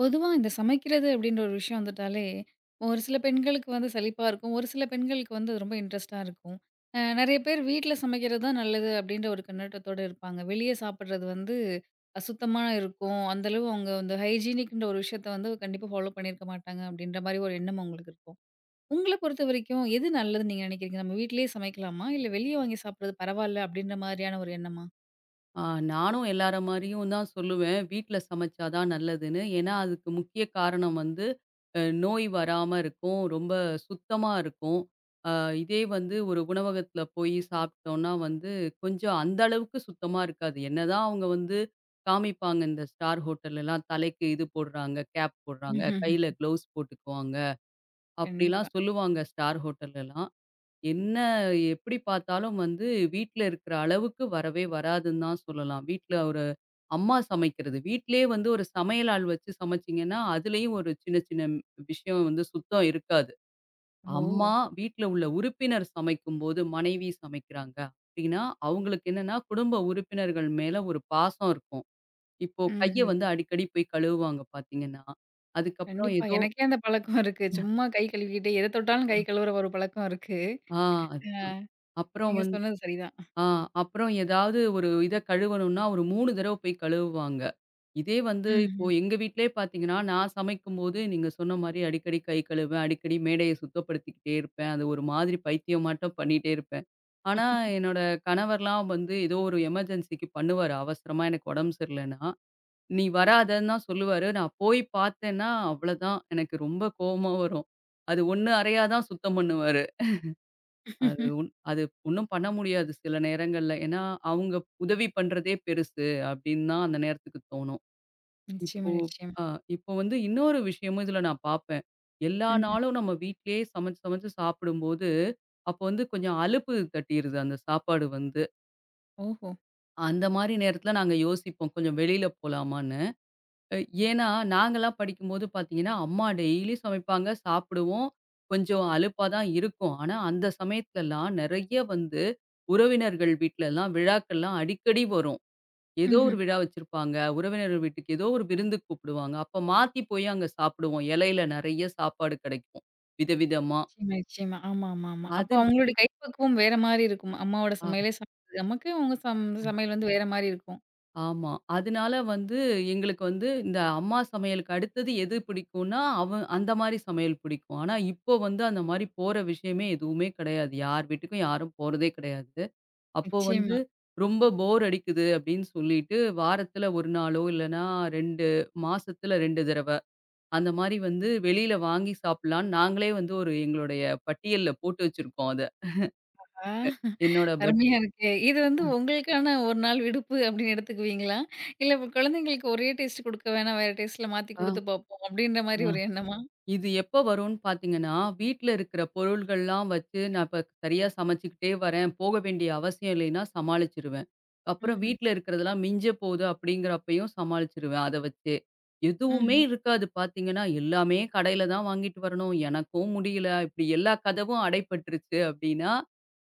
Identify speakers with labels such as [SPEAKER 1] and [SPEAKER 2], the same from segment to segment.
[SPEAKER 1] பொதுவா இந்த சமைக்கிறது அப்படின்ற ஒரு விஷயம் வந்துட்டாலே, ஒரு சில பெண்களுக்கு வந்து சலிப்பா இருக்கும். ஒரு சில பெண்களுக்கு வந்து அது ரொம்ப இன்ட்ரெஸ்ட்டா இருக்கும். நெறைய பேர் வீட்ல சமைக்கிறது தான் நல்லது அப்படின்ற ஒரு கண்ணோட்டத்தோட இருப்பாங்க. வெளிய சாப்பிடுறது வந்து அசுத்தமா இருக்கும். அந்த அளவு அவங்க வந்து ஹைஜீனிக்ன்ற ஒரு விஷயத்த வந்து கண்டிப்பா ஃபாலோ பண்ணியிருக்க மாட்டாங்க அப்படின்ற மாரி ஒரு எண்ணம் அவங்களுக்கு இருக்கும். உங்கள பொறுத்த வரைக்கும் எது நல்லதுன்னு நீங்க நினைக்கிறீங்க? நம்ம வீட்லயே சமைக்கலாமா? இல்ல வெளிய வாங்கி சாப்பிடுறது பரவால்ல அப்படின்ற மாரியான ஒரு எண்ணமா?
[SPEAKER 2] ஆ நானும் எல்லார மாரியும் தான் சொல்லுவேன். வீட்ல சமைச்சா தான் நல்லதுன்னு. ஏன்னா, அதுக்கு முக்கிய காரணம் வந்து நோய் வராம இருக்கும். ரொம்ப சுத்தமா இருக்கும். அ இதே வந்து ஒரு உணவகத்துல போய் சாப்பிட்டோம்னா வந்து, கொஞ்சம் அந்த அளவுக்கு சுத்தமா இருக்காது. என்னதான் அவங்க வந்து காமிப்பாங்க, இந்த ஸ்டார் ஹோட்டல்லலாம் தலைக்கு இது போடுறாங்க, கேப் போடுறாங்க, கையில க்ளவுஸ் போட்டுக்குவாங்க,
[SPEAKER 1] கண்டிப்பா.
[SPEAKER 2] அப்படிலாம் சொல்லுவாங்க ஸ்டார் ஹோட்டல்லலாம். என்ன எப்படி பார்த்தாலும் வந்து வீட்ல இருக்கிற அளவுக்கு வரவே வராதுன்னு தான் சொல்லலாம். வீட்ல ஒரு அம்மா சமைக்கிறது. வீட்லயே வந்து ஒரு சமையல் ஆள் வச்சு சமைச்சீங்கன்னா, அதுலயும் ஒரு சின்ன சின்ன விஷயம் வந்து சுத்தம் இருக்காது.
[SPEAKER 1] ஓ!
[SPEAKER 2] அம்மா வீட்ல உள்ள உறுப்பினர் சமைக்கும்போது, மனைவி சமைக்கிறாங்க அப்படின்னா, அவங்களுக்கு என்னன்னா குடும்ப உறுப்பினர்கள் மேல ஒரு பாசம் இருக்கும். இப்போ கைய
[SPEAKER 1] ம்ஹ்ம்.
[SPEAKER 2] வந்து அடிக்கடி போய் கழுவுவாங்க பார்த்தீங்கன்னா. அதுக்கப்புறம்
[SPEAKER 1] கண்டிப்பா.
[SPEAKER 2] ஏதோ.
[SPEAKER 1] எனக்கே அந்த பழக்கம் இருக்கு. சும்மா கை கழுவிக்கிட்டே எத தொட்டாலும் கை கழுவுற ஒரு பழக்கம் இருக்கு.
[SPEAKER 2] ஆ.
[SPEAKER 1] ஆ.
[SPEAKER 2] அதுதான். அப்புறம்
[SPEAKER 1] நீங்க
[SPEAKER 2] வந்து.
[SPEAKER 1] சொன்னது சரிதான்.
[SPEAKER 2] ஆ அப்புறம் ஏதாவது ஒரு இத கழுவணும்னா, ஒரு 3 தடவ போய் கழுவுவாங்க. இதே வந்து இப்போ
[SPEAKER 1] ம்ஹ்ம்.
[SPEAKER 2] எங்க வீட்லயே பார்த்தீங்கன்னா, நான் சமைக்கும்போது நீங்க சொன்ன மாரி அடிக்கடி கை கழுவுவேன். அடிக்கடி மேடைய சுத்தப்படுத்திக்கிட்டே இருப்பேன். அது ஒரு மாதிரி பைத்தியமாட்டம் பண்ணிட்டே இருப்பேன். ஆனா, என்னோட கணவர்லாம் வந்து ஏதோ ஒரு எமர்ஜென்சிக்கு பண்ணுவாரு. அவசரமா எனக்கு உடம்பு சரியில்லன்னா, "நீ வராதன்னு தான் சொல்லுவாரு." நான் போய் பார்த்தேன்னா, அவ்வளதான் எனக்கு ரொம்ப கோவமா வரும். அது 1 அறையா தான் சுத்தம் பண்ணுவாரு. அது ஒண்ணும் பண்ண முடியாது சில நேரங்கள்ல. ஏன்னா, அவங்க உதவி பண்றதே பெருசு அப்படின்னு தான் அந்த நேரத்துக்கு தோணும்.
[SPEAKER 1] நிச்சயமா,
[SPEAKER 2] இப்போ
[SPEAKER 1] நிச்சயமா.
[SPEAKER 2] அ இப்போ வந்து இன்னொரு விஷயமும் இதுல நான் பார்ப்பேன். எல்லா
[SPEAKER 1] ம்ஹ்ம்.
[SPEAKER 2] நாளும் நம்ம வீட்டிலேயே சமைச்சு சமைச்சு சாப்பிடும்போது, அப்போ வந்து கொஞ்சம் அலுப்பு தட்டிருது அந்த சாப்பாடு வந்து.
[SPEAKER 1] ஓஹோ!
[SPEAKER 2] அந்த மாரி நேரத்துல நாங்க யோசிப்போம். கொஞ்சம் வெளியில போலாமான்னு. அ ஏன்னா, நாங்கலாம் படிக்கும்போது பார்த்தீங்கன்னா, அம்மா டெய்லி சமைப்பாங்க, சாப்பிடுவோம். கொஞ்சம் அலுப்பா தான் இருக்கும். ஆனா, அந்த சமயத்துலலாம் நெறைய வந்து உறவினர்கள் வீட்லலாம் விழாக்கள்லாம் அடிக்கடி வரும். ஏதோ
[SPEAKER 1] ம்ஹ்ம்.
[SPEAKER 2] ஒரு விழா வச்சிருப்பாங்க. உறவினர்கள் வீட்டுக்கு ஏதோ ஒரு விருந்துக்கு கூப்பிடுவாங்க. அப்ப மாத்தி போய் அங்க சாப்பிடுவோம். இலையில நெறைய சாப்பாடு கெடைக்கும். விதவிதமா.
[SPEAKER 1] நிச்சயமா, நிச்சயமா. ஆமா, ஆமா, ஆமா. அப்போ
[SPEAKER 2] அது.
[SPEAKER 1] அவங்களுடைய கைப்பக்குவம் வேற மாரி இருக்கும். அம்மாவோட
[SPEAKER 2] ஆ.
[SPEAKER 1] சமையலே சாப்பிடுறது நமக்கு, உங்க சம் சமையல் வந்து வேற மாரி இருக்கும்.
[SPEAKER 2] ஆமா. அதனால வந்து எங்களுக்கு வந்து இந்த அம்மா சமையலுக்கு அடுத்தது எது பிடிக்கும்னா, அவ அந்த மாரி சமையல் பிடிக்கும். ஆனா, இப்போ வந்து அந்த மாரி போற விஷயமே எதுவுமே கிடையாது. யார் வீட்டுக்கும் யாரும் போறதே கிடையாது. அப்போ வந்து
[SPEAKER 1] நிச்சயமா.
[SPEAKER 2] ரொம்ப போர் அடிக்குது அப்படின்னு சொல்லிட்டு, வாரத்துல 1 நாளோ இல்லன்னா 2 மாசத்துல 2 தடவ அந்த மாரி வந்து வெளியில வாங்கி சாப்பிடலான்னு நாங்களே வந்து ஒரு எங்களுடைய பட்டியல்ல போட்டு வச்சிருக்கோம் அத.
[SPEAKER 1] ஆ
[SPEAKER 2] என்னோட பட்
[SPEAKER 1] அருமையா இருக்கே! இது வந்து உங்களுக்கான ஒரு நாள் விடுப்பு அப்டின்னு எடுத்துக்குவீங்களா? இல்ல இப்ப குழந்தைங்களுக்கு ஒரே டேஸ்ட் குடுக்க வேணாம், வேற டேஸ்ட்ல மாத்தி குடுத்து பார்ப்போம் அப்டின்ற மாரி
[SPEAKER 2] ஆ.
[SPEAKER 1] ஒரு எண்ணமா?
[SPEAKER 2] இது எப்ப வரும்ன்னு பார்த்தீங்கன்னா, வீட்ல இருக்கிற பொருள்கள்லாம் வச்சு நான் இப்ப சரியா சமைச்சுக்கிட்டே வரேன். போக வேண்டிய அவசியம் இல்லைன்னா சமாளிச்சுருவேன். அப்புறம்
[SPEAKER 1] ம்ஹ்ம்.
[SPEAKER 2] வீட்ல இருக்கிறதெல்லாம் மிஞ்ச போகுது அப்படிங்கிறப்பயும் சமாளிச்சுருவேன் அத வச்சே. எதுவுமே
[SPEAKER 1] ம்.
[SPEAKER 2] இருக்காது பார்த்தீங்கன்னா, எல்லாமே கடையில தான் வாங்கிட்டு வரணும். எனக்கும் முடியல. இப்படி எல்லா கதவும் அடைபட்டுருச்சு அப்படின்னா,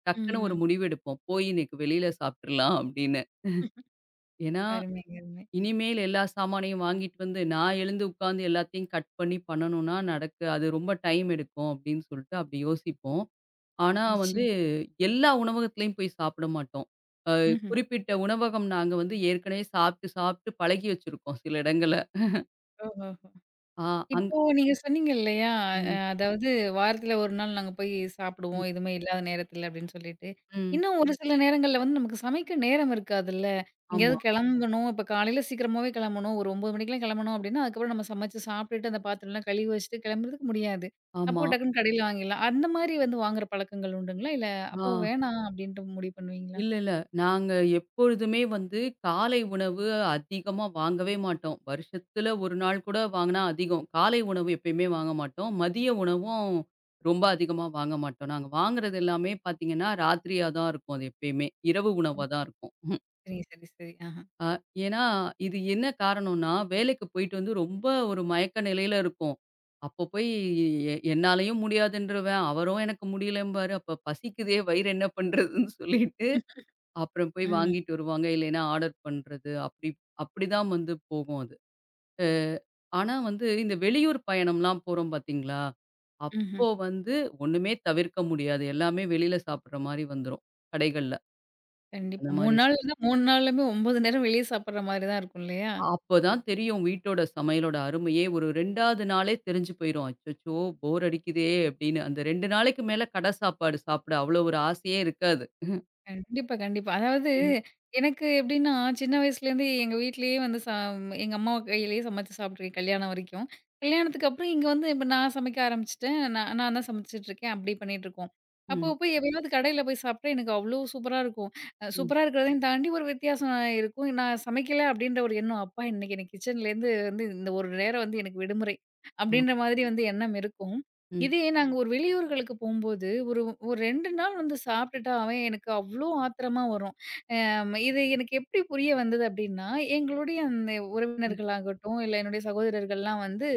[SPEAKER 2] டக்குன்னு ஒரு
[SPEAKER 1] ம்.
[SPEAKER 2] முடிவு எடுப்போம். போய் இன்னைக்கு வெளியில சாப்பிட்டுறலாம் அப்படின்னு. ஏன்னா
[SPEAKER 1] அருமைங்க, அருமை.
[SPEAKER 2] இனிமேல் எல்லா சாமானையும் வாங்கிட்டு வந்து நான் எழுந்து உட்காந்து எல்லாத்தையும் கட் பண்ணி பண்ணணும்னா நடக்கு அது ரொம்ப டைம் எடுக்கும் அப்படின்னு சொல்லிட்டு அப்படி யோசிப்போம். ஆனா வந்து
[SPEAKER 1] நிச்சயம்.
[SPEAKER 2] எல்லா உணவகத்திலயும் போய் சாப்பிட மாட்டோம். அ
[SPEAKER 1] ம்ஹ்ம்.
[SPEAKER 2] குறிப்பிட்ட உணவகம் நாங்க வந்து ஏற்கனவே சாப்பிட்டு சாப்பிட்டு பழகி வச்சிருக்கோம் சில இடங்கள்ல.
[SPEAKER 1] ஓஹோஹோ!
[SPEAKER 2] ஆ. அங்
[SPEAKER 1] இப்போ நீங்க சொன்னீங்க இல்லையா,
[SPEAKER 2] ம்,
[SPEAKER 1] அதாவது வாரத்துல ஒரு நாள் நாங்க போய்
[SPEAKER 2] ம்,
[SPEAKER 1] சாப்பிடுவோம், எதுவுமே இல்லாத நேரத்துல அப்படின்னு சொல்லிட்டு.
[SPEAKER 2] ம்.
[SPEAKER 1] இன்னும் ஒரு ம். சில நேரங்கள்ல வந்து நமக்கு சமைக்க நேரம் இருக்காதுல்ல. எங்கேயாவது
[SPEAKER 2] ஆமா,
[SPEAKER 1] கிளம்பணும், இப்போ காலையில சீக்கிரமாவே கிளம்பணும், ஒரு 9 மணிக்கெல்லாம் கிளம்பணும் அப்படின்னா, அதுக்கப்புறம் நம்ம சமைச்சு சாப்பிட்டுட்டு அந்த பாத்திரம்லாம் கழுவி வச்சுட்டு கிளம்புறதுக்கு முடியாது. அப்போ
[SPEAKER 2] ஆமா.
[SPEAKER 1] டக்குன்னு கடையில வாங்கிடலாம். அந்த மாரி வந்து வாங்குற பழக்கங்கள் உண்டுங்களா? இல்ல
[SPEAKER 2] ஆ.
[SPEAKER 1] அப்போ வேணாம் அப்படின்ட்டு முடிவு பண்ணுவீங்களா?
[SPEAKER 2] இல்ல, இல்ல. நாங்க எப்பொழுதுமே வந்து காலை உணவு அதிகமா வாங்கவே மாட்டோம். வருஷத்துல 1 நாள் கூட வாங்குனா அதிகம். காலை உணவு எப்பயுமே வாங்க மாட்டோம். மதிய உணவும் ரொம்ப அதிகமா வாங்க மாட்டோம். நாங்க வாங்குறது எல்லாமே பார்த்தீங்கன்னா, ராத்திரியா தான் இருக்கும் அது எப்பயுமே. இரவு
[SPEAKER 1] ஓ!
[SPEAKER 2] உணவா தான் இருக்கும்.
[SPEAKER 1] சரி, சரி, சரி. ஆஹா.
[SPEAKER 2] அ ஏன்னா, இது என்ன காரணம்னா, வேலைக்கு போயிட்டு வந்து ரொம்ப ஒரு மயக்க நிலையில இருக்கும். அப்போ போய் எ என்னாலயும் முடியாதுன்றுவேன். அவரும் எனக்கு முடியலம்பாரு. அப்ப பசிக்குதே வயிறு என்ன பண்றதுன்னு சொல்லிட்டு அப்புறம் போய்
[SPEAKER 1] ம்.
[SPEAKER 2] வாங்கிட்டு வருவாங்க. இல்லைன்னா ஆர்டர் பண்றது. அப்படிதான் வந்து போகும் அது. அ ஆனா வந்து இந்த வெளியூர் பயணம்லாம் போறோம் பார்த்தீங்களா?
[SPEAKER 1] ம்ஹ்ம்.
[SPEAKER 2] அப்போ வந்து ஒண்ணுமே தவிர்க்க முடியாது. எல்லாமே வெளியில சாப்பிடுற மாரி வந்துரும். கடைகள்ல. அந்த
[SPEAKER 1] கண்டிப்பா. 3
[SPEAKER 2] மாரி.
[SPEAKER 1] நாள் இருந்தா 3 நாளுமே 9 நேரம் வெளிய சாப்பிடுற மாரி தான் இருக்கும் இல்லையா?
[SPEAKER 2] அப்பதான் தெரியும் வீட்டோட சமையலோட அருமையே. ஒரு 2வது நாளே தெரிஞ்சு போயிரும். அச்சச்சோ! போர் அடிக்குதே அப்படின்னு. அந்த 2 நாளைக்கு மேல கடை சாப்பாடு சாப்பிட அவ்வளோ ஒரு ஆசையே இருக்காது.
[SPEAKER 1] கண்டிப்பா, கண்டிப்பா. அதாவது
[SPEAKER 2] ம்.
[SPEAKER 1] எனக்கு எப்படின்னா, சின்ன வயசுலேருந்தே எங்க வீட்லயே வந்து சா எங்க அம்மா கையிலேயே சமைச்சு சாப்பிட்டுருக்கேன் கல்யாணம் வரைக்கும். கல்யாணத்துக்கு அப்புறம் இங்க வந்து இப்ப நான் சமைக்க ஆரம்பிச்சுட்டேன். நான் நான் தான் சமைச்சுட்டு இருக்கேன். அப்படி பண்ணிட்டுருக்கோம். அப்போ
[SPEAKER 2] ம்.
[SPEAKER 1] போய் எப்பயாவது கடையில போய் சாப்பிட்டா எனக்கு அவ்வளோ சூப்பரா இருக்கும்.
[SPEAKER 2] ம்.
[SPEAKER 1] சூப்பரா இருக்கிறதையும் தாண்டி ஒரு வித்தியாசம் இருக்கும். நான் சமைக்கல அப்படின்ற ஒரு எண்ணம், அப்பா இன்னைக்கு எனக்கு கிச்சன்லேருந்து வந்து இந்த ஒரு நேரம் வந்து எனக்கு விடுமுறை
[SPEAKER 2] ஆ.
[SPEAKER 1] அப்படின்ற மாதிரி வந்து எண்ணம் இருக்கும்.
[SPEAKER 2] ம்.
[SPEAKER 1] இதே நாங்க ஒரு வெளியூர்களுக்கு போம்போது, ஒரு ஒரு 2 நாள் வந்து சாப்பிட்டுட்டா அவன் எனக்கு அவ்ளோ ஆத்திரமா வரும். இது எனக்கு எப்படி புரிய வந்தது அப்படின்னா, எங்களுடைய அந்த
[SPEAKER 2] ம்.
[SPEAKER 1] உறவினர்களாகட்டும், இல்ல என்னுடைய சகோதரர்கள்லாம் வந்து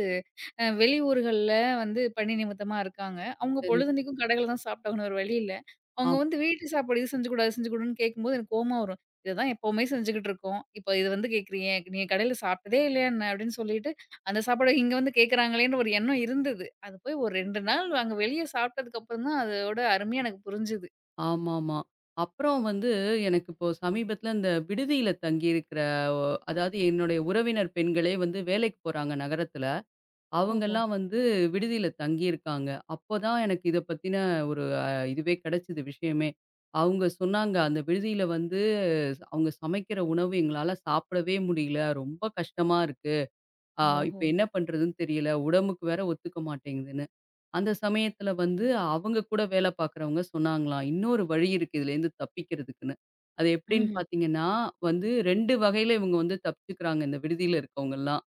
[SPEAKER 1] வெளியூர்கள்ல வந்து பணி நிமித்தமா இருக்காங்க. அவங்க
[SPEAKER 2] சரி.
[SPEAKER 1] பொழுதன்னைக்கும் கடையில தான் சாப்பிட்டாகணும் வேற வழி இல்ல. அவங்க வந்து வீட்டு சாப்பாடு இது செஞ்சு கொடு, அது செஞ்சு கொடுன்னு கேட்கும்போது எனக்கு கோவமா வரும். இததான் எப்பவுமே செஞ்சுகிட்டு இருக்கோம். இப்ப இது வந்து கேட்கிறீங்க. நீங்க கடையில சாப்பிட்டதே இல்லையா என்ன? அப்படின்னு சொல்லிட்டு, அந்த சாப்பாடு இங்க வந்து கேட்கறாங்களேன்னு ஒரு எண்ணம் இருந்தது. அது போய் ஒரு 2 நாள் அங்க வெளிய சாப்பிட்டதுக்கு அப்புறம் தான் அதோட அருமையா எனக்கு புரிஞ்சுது.
[SPEAKER 2] ஆமாமா. அப்புறம் வந்து எனக்கு இப்போ சமீபத்தில இந்த விடுதியில தங்கியிருக்கிற ஒ அதாவது என்னுடைய உறவினர் பெண்களே வந்து வேலைக்கு போறாங்க நகரத்தில.
[SPEAKER 1] ஓஹோ!
[SPEAKER 2] அவங்கலாம் வந்து விடுதியில தங்கியிருக்காங்க. அப்போதான் எனக்கு இத பத்தின ஒரு இதுவே கிடைச்சது விஷயமே. அவங்க சொன்னாங்க, "அந்த விடுதியில வந்து அவங்க சமைக்கிற உணவு எங்களால சாப்பிடவே முடியல. ரொம்ப கஷ்டமா இருக்கு. அ இப்ப
[SPEAKER 1] ஓஹோ!
[SPEAKER 2] என்ன பண்றதுன்னு தெரியல. உடம்புக்கு வேற ஒத்துக்க மாட்டேங்குதுன்னு." அந்த சமயத்துல வந்து அவங்க கூட வேலை பார்க்குறவங்க சொன்னாங்களாம், இன்னொரு வழி இருக்கு இதுலேருந்து தப்பிக்கிறதுக்குன்னு. அது எப்படின்னு
[SPEAKER 1] ம்ஹ்ம்.
[SPEAKER 2] பார்த்தீங்கன்னா, வந்து 2 வகையில இவங்க வந்து தப்பிச்சுக்கிறாங்க இந்த விடுதியில இருக்கவங்கலாம்.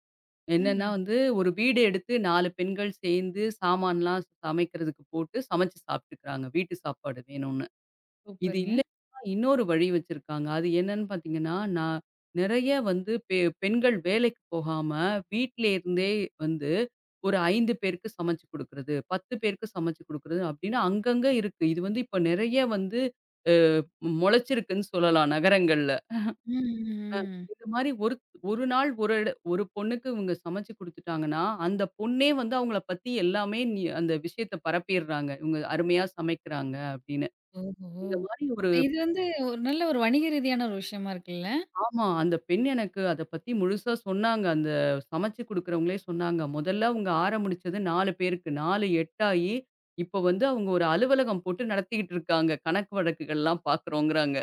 [SPEAKER 2] என்னன்னா
[SPEAKER 1] ம்ஹ்ம்.
[SPEAKER 2] வந்து ஒரு வீடு எடுத்து 4 பெண்கள் சேர்ந்து சாமான்லாம் சமைக்கிறதுக்கு போட்டு சமைச்சு சாப்பிட்டுக்கிறாங்க, வீட்டு சாப்பாடு வேணும்னு. இது
[SPEAKER 1] சூப்பருங்க.
[SPEAKER 2] இல்லன்னா இன்னொரு வழி வச்சிருக்காங்க. அது என்னன்னு பார்த்தீங்கன்னா, நெறைய வந்து பெண்கள் வேலைக்கு போகாம வீட்ல இருந்தே வந்து ஒரு 5 பேருக்கு சமைச்சு குடுக்குறது, 10 பேருக்கு சமைச்சு குடுக்குறது அப்படின்னு அங்கங்க இருக்கு. இது வந்து இப்ப நெறைய வந்து அ மொளச்சிருக்குன்னு சொல்லலாம் நகரங்கள்ல.
[SPEAKER 1] ம். ம்.
[SPEAKER 2] இந்த மாரி ஒரு ஒரு நாள் ஒரு பொண்ணுக்கு இவங்க சமைச்சு குடுத்துட்டாங்கன்னா, அந்த பொண்ணே வந்து அவங்கள பத்தி எல்லாமே நீ அந்த விஷயத்த பரப்பிடுறாங்க. இவங்க அருமையா சமைக்கிறாங்க அப்படின்னு.
[SPEAKER 1] ஓஹோ!
[SPEAKER 2] இந்த மாரி
[SPEAKER 1] இது வந்து ஒரு நல்ல ஒரு வணிக ரீதியான ஒரு விஷயமா இருக்குல்ல?
[SPEAKER 2] ஆமா. அந்த பெண் எனக்கு அத பத்தி முழுசா சொன்னாங்க. அந்த சமைச்சு குடுக்குறவங்களே சொன்னாங்க. முதல்ல அவங்க ஆரம்பிச்சது 4 பேருக்கு. 4 8 ஆயி, இப்ப வந்து அவங்க ஒரு அலுவலகம் போட்டு நடத்திக்கிட்டு இருக்காங்க. கணக்கு வழக்குகள்லாம் பார்க்குறோங்கிறாங்க.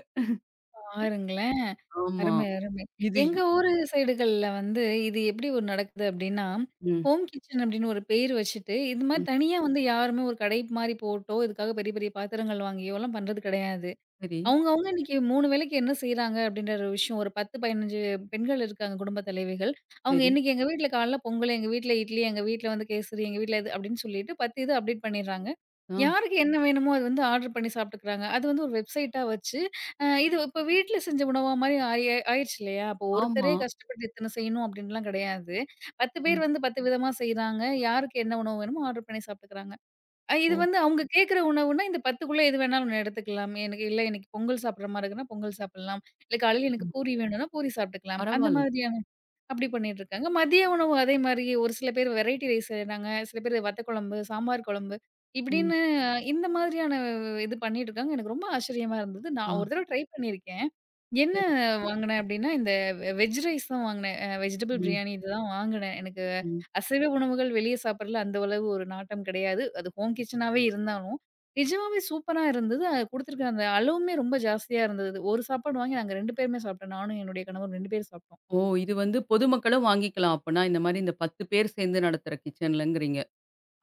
[SPEAKER 1] பாருங்களேன்.
[SPEAKER 2] ஆமா.
[SPEAKER 1] அருமை, அருமை.
[SPEAKER 2] இது
[SPEAKER 1] எங்க
[SPEAKER 2] இ-
[SPEAKER 1] ஊரு சைடுகள்ல வந்து இது எப்படி ஒரு நடக்குது அப்படின்னா,
[SPEAKER 2] ம்,
[SPEAKER 1] ஹோம் கிச்சன் அப்படின்னு ஒரு பேர் வச்சுட்டு, இது மாரி
[SPEAKER 2] ம்.
[SPEAKER 1] தனியா வந்து யாருமே ஒரு கடை மாரி போட்டோ, இதுக்காக பெரிய பெரிய பாத்திரங்கள் வாங்கியோலாம் பண்றது கிடையாது.
[SPEAKER 2] சரி,
[SPEAKER 1] அவங்க இன்னைக்கு 3 வேளைக்கு என்ன செய்றாங்க அப்படின்ற ஒரு விஷயம். ஒரு 10, 15 பெண்கள் இருக்காங்க குடும்ப தலைவிகள். அவங்க
[SPEAKER 2] சரி.
[SPEAKER 1] இன்னைக்கு எங்க வீட்ல காலைல பொங்கல், எங்க வீட்ல இட்லி, எங்க வீட்ல வந்து கேசரி, எங்க வீட்ல இது அப்படின்னு சொல்லிட்டு 10 இது அப்டேட் பண்ணிடுறாங்க.
[SPEAKER 2] ஆ,
[SPEAKER 1] யாருக்கு என்ன வேணுமோ அது வந்து ஆர்டர் பண்ணி சாப்ட்டுக்கிறாங்க. அது வந்து ஒரு வெப்சைட்டா வச்சு, இது இப்ப வீட்ல செஞ்ச உணவா மாரி ஆயிருச்சு இல்லையா? அப்போ
[SPEAKER 2] ஆமா.
[SPEAKER 1] ஒருத்தரே கஷ்டப்பட்டு இத்தன செய்யணும் அப்படின்லாம் கிடையாது. 10 பேர்
[SPEAKER 2] ம்.
[SPEAKER 1] வந்து 10 விதமா செய்றாங்க. யாருக்கு என்ன உணவு வேணுமோ ஆர்டர் பண்ணி சாப்ட்டுக்கிறாங்க. இது
[SPEAKER 2] ஓ!
[SPEAKER 1] வந்து அவங்க கேட்கிற உணவுன்னா, இந்த 10க்குள்ள எது வேணாலும் நான் எடுத்துக்கலாம். எனக்கு இல்ல எனக்கு பொங்கல் சாப்பிடுற மாரி இருக்குன்னா, பொங்கல் சாப்பிடலாம். இல்ல காலையில எனக்கு
[SPEAKER 2] ம்.
[SPEAKER 1] பூரி வேணும்னா, பூரி சாப்பிட்டுக்கலாம். அந்த
[SPEAKER 2] பரவால்லை.
[SPEAKER 1] மாதிரியான அப்படி பண்ணிட்டுருக்காங்க. மதிய உணவு அதே மாரி ஒரு சில பேர் வெரைட்டி ரைஸ் செய்றாங்க. சில பேர் வத்த குழம்பு, சாம்பார் குழம்பு
[SPEAKER 2] ம்.
[SPEAKER 1] இப்படின்னு இந்த மாதிரியான இது பண்ணிட்டுருக்காங்க. எனக்கு ரொம்ப ஆச்சரியமா இருந்தது. நான்
[SPEAKER 2] ஆ,
[SPEAKER 1] ஒரு தடவ ட்ரை பண்ணியிருக்கேன். என்ன
[SPEAKER 2] சரி, சரி.
[SPEAKER 1] வாங்குனேன் அப்படின்னா, இந்த வெஜ் ரைஸ் தான் வாங்குனேன். வெஜிடபிள்
[SPEAKER 2] ம்,
[SPEAKER 1] பிரியாணி இதுதான் வாங்குனேன். எனக்கு
[SPEAKER 2] ம்.
[SPEAKER 1] அசைவ உணவுகள் வெளிய சாப்பிடுறதுல அந்த அளவு ஒரு நாட்டம் கிடையாது. அது ஹோம் கிட்சனாவே இருந்தாலும், நிஜமாவே சூப்பரா இருந்தது. அது குடுத்துருக்க அந்த அளவுமே ரொம்ப ஜாஸ்தியா இருந்தது. ஒரு சாப்பாடு வாங்கி நாங்க 2 பேருமே சாப்பிட்டோம். நானும் என்னுடைய கணவரும் 2 பேரும் சாப்பிட்டோம்.
[SPEAKER 2] ஓ! இது வந்து பொதுமக்களும் வாங்கிக்கலாம் அப்பன்னா. இந்த மாரி இந்த 10 பேர் சேர்ந்து நடத்துற கிச்சன்லங்கிறீங்க.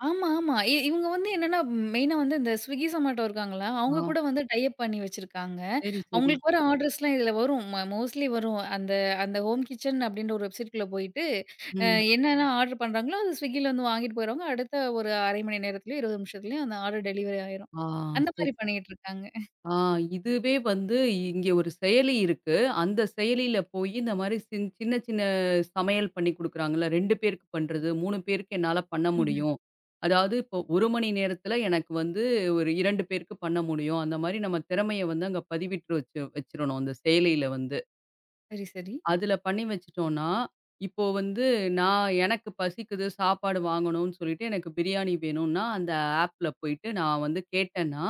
[SPEAKER 1] ஆமா, ஆமா. இவுங்க வந்து என்னன்னா மெயினா வந்து இந்த Swiggy, Zomato இருக்காங்களா,
[SPEAKER 2] ஆ,
[SPEAKER 1] அவுங்க கூட வந்து டை அப் பண்ணி வச்சிருக்காங்க.
[SPEAKER 2] சரி, சரி.
[SPEAKER 1] அவங்களுக்கு வர ஆர்டர்ஸ்லாம் இதில வரும். மோஸ்ட்லி வரும். அந்த அந்த ஹோம் கிச்சன் அப்டின்ற ஒரு வெப்சைட்குள்ள போயிட்டு, அ
[SPEAKER 2] ம்.
[SPEAKER 1] என்னென்ன ஆர்டர் பண்றாங்களோ, அது Swiggyல வந்து வாங்கிட்டு போயிடுவாங்க. அடுத்த ஒரு 1/2 மணி நேரத்துலயோ, 20 நிமிஷத்துலயோ அந்த ஆர்டர் டெலிவரி ஆயிரும்.
[SPEAKER 2] ஆ,
[SPEAKER 1] அந்த
[SPEAKER 2] சரி.
[SPEAKER 1] மாரி பண்ணிட்டு இருக்காங்க.
[SPEAKER 2] ஆ இதுவே வந்து இங்கே ஒரு செயலி இருக்கு. அந்த செயலியில போயி இந்த மாரி சின்ன சின்ன சமையல் பண்ணி குடுக்குறாங்கல்ல. 2 பேருக்கு பண்றது, 3 பேருக்கு என்னால பண்ண
[SPEAKER 1] ம்ஹ்ம்.
[SPEAKER 2] முடியும். அதாவது இப்போ 1 மணி நேரத்தில எனக்கு வந்து ஒரு 2 பேருக்கு பண்ண முடியும். அந்த மாரி நம்ம திறமைய வந்து அங்க பதிவிட்டு வச்சு வச்சிரணும் அந்த செயலியில வந்து.
[SPEAKER 1] சரி, சரி.
[SPEAKER 2] அதில பண்ணி வச்சுட்டோம்னா, இப்போ வந்து நான் எனக்கு பசிக்குது, சாப்பாடு வாங்கணும்னு சொல்லிட்டு எனக்கு பிரியாணி வேணும்னா, அந்த ஆப்ல போயிட்டு நான் வந்து கேட்டேன்னா,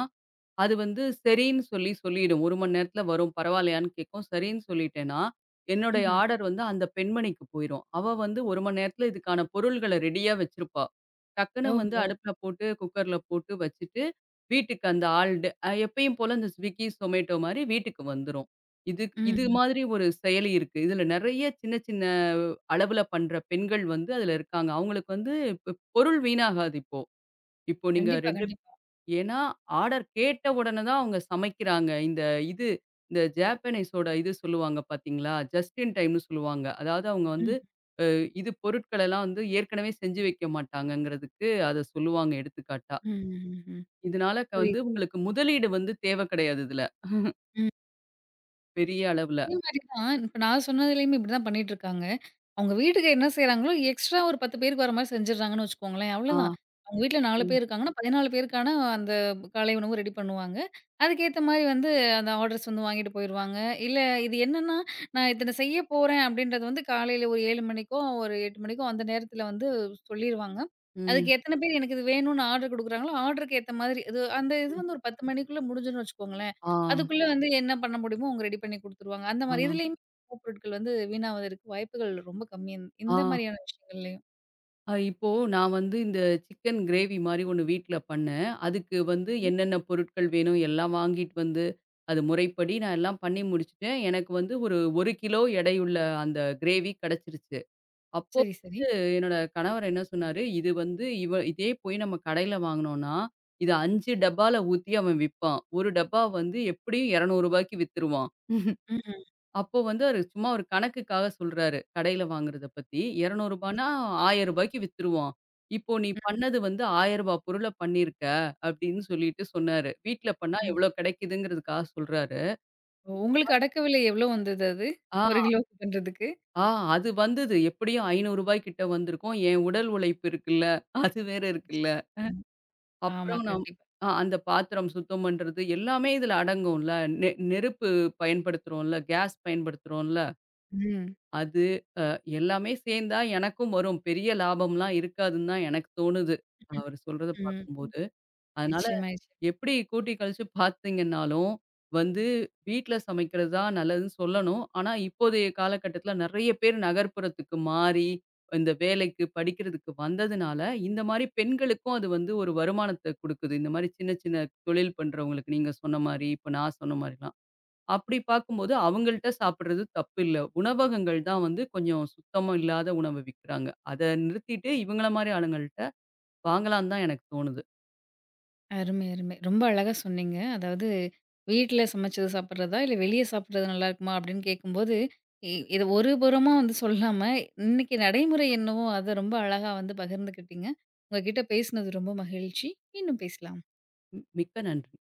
[SPEAKER 2] அது வந்து சரின்னு சொல்லி சொல்லிடும். 1 மணி நேரத்தில வரும் பரவாயில்லையான்னு கேட்கும். சரின்னு சொல்லிட்டேன்னா, என்னுடைய
[SPEAKER 1] ம்ஹ்ம்.
[SPEAKER 2] ஆர்டர் வந்து அந்த பெண்மணிக்கு போயிரும். அவ வந்து 1 மணி நேரத்தில இதுக்கான பொருள்கள ரெடியா வச்சிருப்பா. டக்குனு வந்து
[SPEAKER 1] ஓஹோ!
[SPEAKER 2] அடுப்புல போட்டு குக்கர்ல போட்டு வச்சுட்டு, வீட்டுக்கு அந்த ஆள் டே அ எப்பயும் போல இந்த Swiggy, Zomato மாரி வீட்டுக்கு வந்துரும். இது இது
[SPEAKER 1] ம்ஹ்ம்.
[SPEAKER 2] மாதிரி ஒரு செயலி இருக்கு. இதில நெறைய சின்ன சின்ன அளவுல பண்ற பெண்கள் வந்து அதில இருக்காங்க. அவங்களுக்கு வந்து பொ பொருள் வீணாகாது இப்போ. இப்போ நீங்க
[SPEAKER 1] கண்டிப்பா,
[SPEAKER 2] 2
[SPEAKER 1] கண்டிப்பா.
[SPEAKER 2] ஏன்னா, ஆர்டர் கேட்ட உடனே தான் அவங்க சமைக்கிறாங்க. இது இந்த ஜாப்பனீஸோட இது சொல்லுவாங்க பார்த்தீங்களா? ஜஸ்ட் இன் டைம்னு சொல்லுவாங்க. அதாவது அவங்க வந்து
[SPEAKER 1] ம்.
[SPEAKER 2] அ இது பொருட்களெல்லாம் வந்து ஏற்கனவே செஞ்சு வைக்க மாட்டாங்கங்கிறதுக்கு அத சொல்லுவாங்க எடுத்துக்காட்டா.
[SPEAKER 1] ம், ம், ம்.
[SPEAKER 2] இதனால வந்து
[SPEAKER 1] புரியுது.
[SPEAKER 2] உங்களுக்கு முதலீடு வந்து தேவ கிடையாது இதுல, பெரிய அளவுல.
[SPEAKER 1] அதே மாரி தான். இப்ப நான் சொன்னதுலயுமே இப்படிதான் பண்ணிட்டுருக்காங்க. அவங்க வீட்டுக்கு என்ன செய்றாங்களோ, எக்ஸ்ட்ரா ஒரு 10 பேருக்கு வர மாரி செஞ்சுடுறாங்கன்னு வச்சுக்கோங்களேன். அவ்வளோதான்.
[SPEAKER 2] ஆ.
[SPEAKER 1] அவங்க வீட்ல 4
[SPEAKER 2] ம்.
[SPEAKER 1] பேர் இருக்காங்கன்னா, 14 பேருக்கான அந்த காலை உணவு ரெடி பண்ணுவாங்க. அதுக்கேத்த மாரி வந்து அந்த ஆர்டர்ஸ் வந்து வாங்கிட்டு போயிருவாங்க. இல்ல இது என்னன்னா, நான் இத்தன செய்ய போறேன் அப்படின்றது வந்து காலையில ஒரு 7 மணிக்கோ, ஒரு 8 மணிக்கோ அந்த நேரத்துல வந்து சொல்லிருவாங்க. அதுக்கு
[SPEAKER 2] ம்.
[SPEAKER 1] எத்தன பேர் எனக்கு இது வேணும்னு ஆர்டர் குடுக்குறாங்களோ, ஆர்டருக்கு ஏத்த மாதிரி இது அந்த இது வந்து ஒரு 10 மணிக்குள்ள முடிஞ்சுதுன்னு வச்சுக்கோங்களேன்.
[SPEAKER 2] ஆ.
[SPEAKER 1] அதுக்குள்ள வந்து என்ன பண்ண முடியுமோ அவங்க ரெடி பண்ணி குடுத்துருவாங்க. அந்த
[SPEAKER 2] ஆ.
[SPEAKER 1] மாரி இதுலயுமே உணவுப் பொருட்கள் வந்து வீணாவதற்கு வாய்ப்புகள் ரொம்ப கம்மி.
[SPEAKER 2] ஆ.
[SPEAKER 1] இந்த மாரியான விஷயங்கள்லயும்.
[SPEAKER 2] இப்போ நான் வந்து இந்த சிக்கன் கிரேவி மாரி ஒண்ணு வீட்ல பண்ணேன். அதுக்கு வந்து
[SPEAKER 1] சரி,
[SPEAKER 2] என்னென்ன பொருட்கள் வேணும் எல்லாம் வாங்கிட்டு வந்து, அது முறைப்படி நான் எல்லாம் பண்ணி முடிச்சுட்டேன். எனக்கு வந்து ஒரு 1 கிலோ எடையுள்ள அந்த கிரேவி கிடைச்சிருச்சு. அப்போ
[SPEAKER 1] சரி, சரி.
[SPEAKER 2] என்னோட கணவர் என்ன சொன்னாரு, "இது வந்து இவ இதே போய் நம்ம கடையில வாங்குனோம்னா, இத 5 டப்பால ஊத்தி அவன் விப்பான். 1 டப்பா வந்து எப்படியும் ரூ. 200க்கு வித்துருவான்."
[SPEAKER 1] ம்ஹ்ம்.
[SPEAKER 2] அப்போ வந்து அவரு சும்மா ஒரு கணக்குக்காக சொல்றாரு. கடையில வாங்குறத பத்தி. ரூ. 200னா ரூ. 1000க்கு வித்துருவான். இப்போ நீ பண்ணது வந்து ரூ. 1000 பொருள பண்ணியிருக்க அப்படின்னு சொல்லிட்டு சொன்னாரு. வீட்ல பண்ணா
[SPEAKER 1] ம், ம்.
[SPEAKER 2] எவ்வளோ கிடைக்குதுங்கிறதுக்காக சொல்றாரு.
[SPEAKER 1] ஓ, உங்களுக்கு அடக்க விலை எவ்ளோ வந்தது அது?
[SPEAKER 2] ஆ,
[SPEAKER 1] 1 கிலோக்கு பண்றதுக்கு?
[SPEAKER 2] ஆ அது வந்தது. எப்படியும் ரூ. 500 கிட்ட வந்திருக்கும். என் உடல் உழைப்பு இருக்குல்ல. அது வேற இருக்குல்ல.
[SPEAKER 1] நிச்சயமா. ஆமா,
[SPEAKER 2] அப்புறம் நம்
[SPEAKER 1] கண்டிப்பா.
[SPEAKER 2] அ அந்த பாத்திரம் சுத்தம் பண்றது எல்லாமே இதுல அடங்கும்ல. நெருப்பு பயன்படுத்துறோம்ல, கேஸ் பயன்படுத்துறோம்ல.
[SPEAKER 1] ம்.
[SPEAKER 2] அது எல்லாமே சேர்ந்தா எனக்கும் வரும். பெரிய லாபம்லாம் இருக்காதுன்னு தான் எனக்கு தோணுது.
[SPEAKER 1] ம்.
[SPEAKER 2] அவரு சொல்றத பார்க்கும்போது. அதனால
[SPEAKER 1] நிச்சயமா. நிச்சயமா.
[SPEAKER 2] எப்படி கூட்டி கழிச்சு பார்த்தீங்கன்னாலும், வந்து வீட்ல சமைக்கிறது தான் நல்லதுன்னு சொல்லணும். ஆனா, இப்போதைய காலகட்டத்தில நெறைய பேர் நகர்ப்புறத்துக்கு மாறி, இந்த வேலைக்கு, படிக்கிறதுக்கு வந்ததுனால, இந்த மாரி பெண்களுக்கும் அது வந்து ஒரு வருமானத்த குடுக்குது. இந்த மாரி சின்ன சின்ன தொழில் பண்றவங்களுக்கு, நீங்க சொன்ன மாரி, இப்ப நான் சொன்ன மாரிலாம். அப்படி பார்க்கும்போது அவங்கள்ட்ட சாப்பிடுறது தப்பு இல்ல. உணவகங்கள் தான் வந்து கொஞ்சம் சுத்தம் இல்லாத உணவு விக்கிறாங்க. அத நிறுத்திட்டு இவங்கள மாரி ஆளுங்கள்ட்ட வாங்கலான்னு தான் எனக்கு தோணுது.
[SPEAKER 1] அருமை, அருமை. ரொம்ப அழகா சொன்னீங்க. அதாவது வீட்ல சமைச்சது சாப்பிடுறதா, இல்ல வெளிய சாப்பிடுறது நல்லாருக்குமா அப்படின்னு கேட்கும்போது, இத ஒரு புறமா வந்து சொல்லாம, இன்னைக்கு நடைமுறை என்னவோ அத ரொம்ப அழகா வந்து பகிர்ந்துக்கிட்டீங்க. உங்ககிட்ட பேசினது ரொம்ப மகிழ்ச்சி. மீண்டும் பேசலாம்.
[SPEAKER 2] ம் மிக்க நன்றி.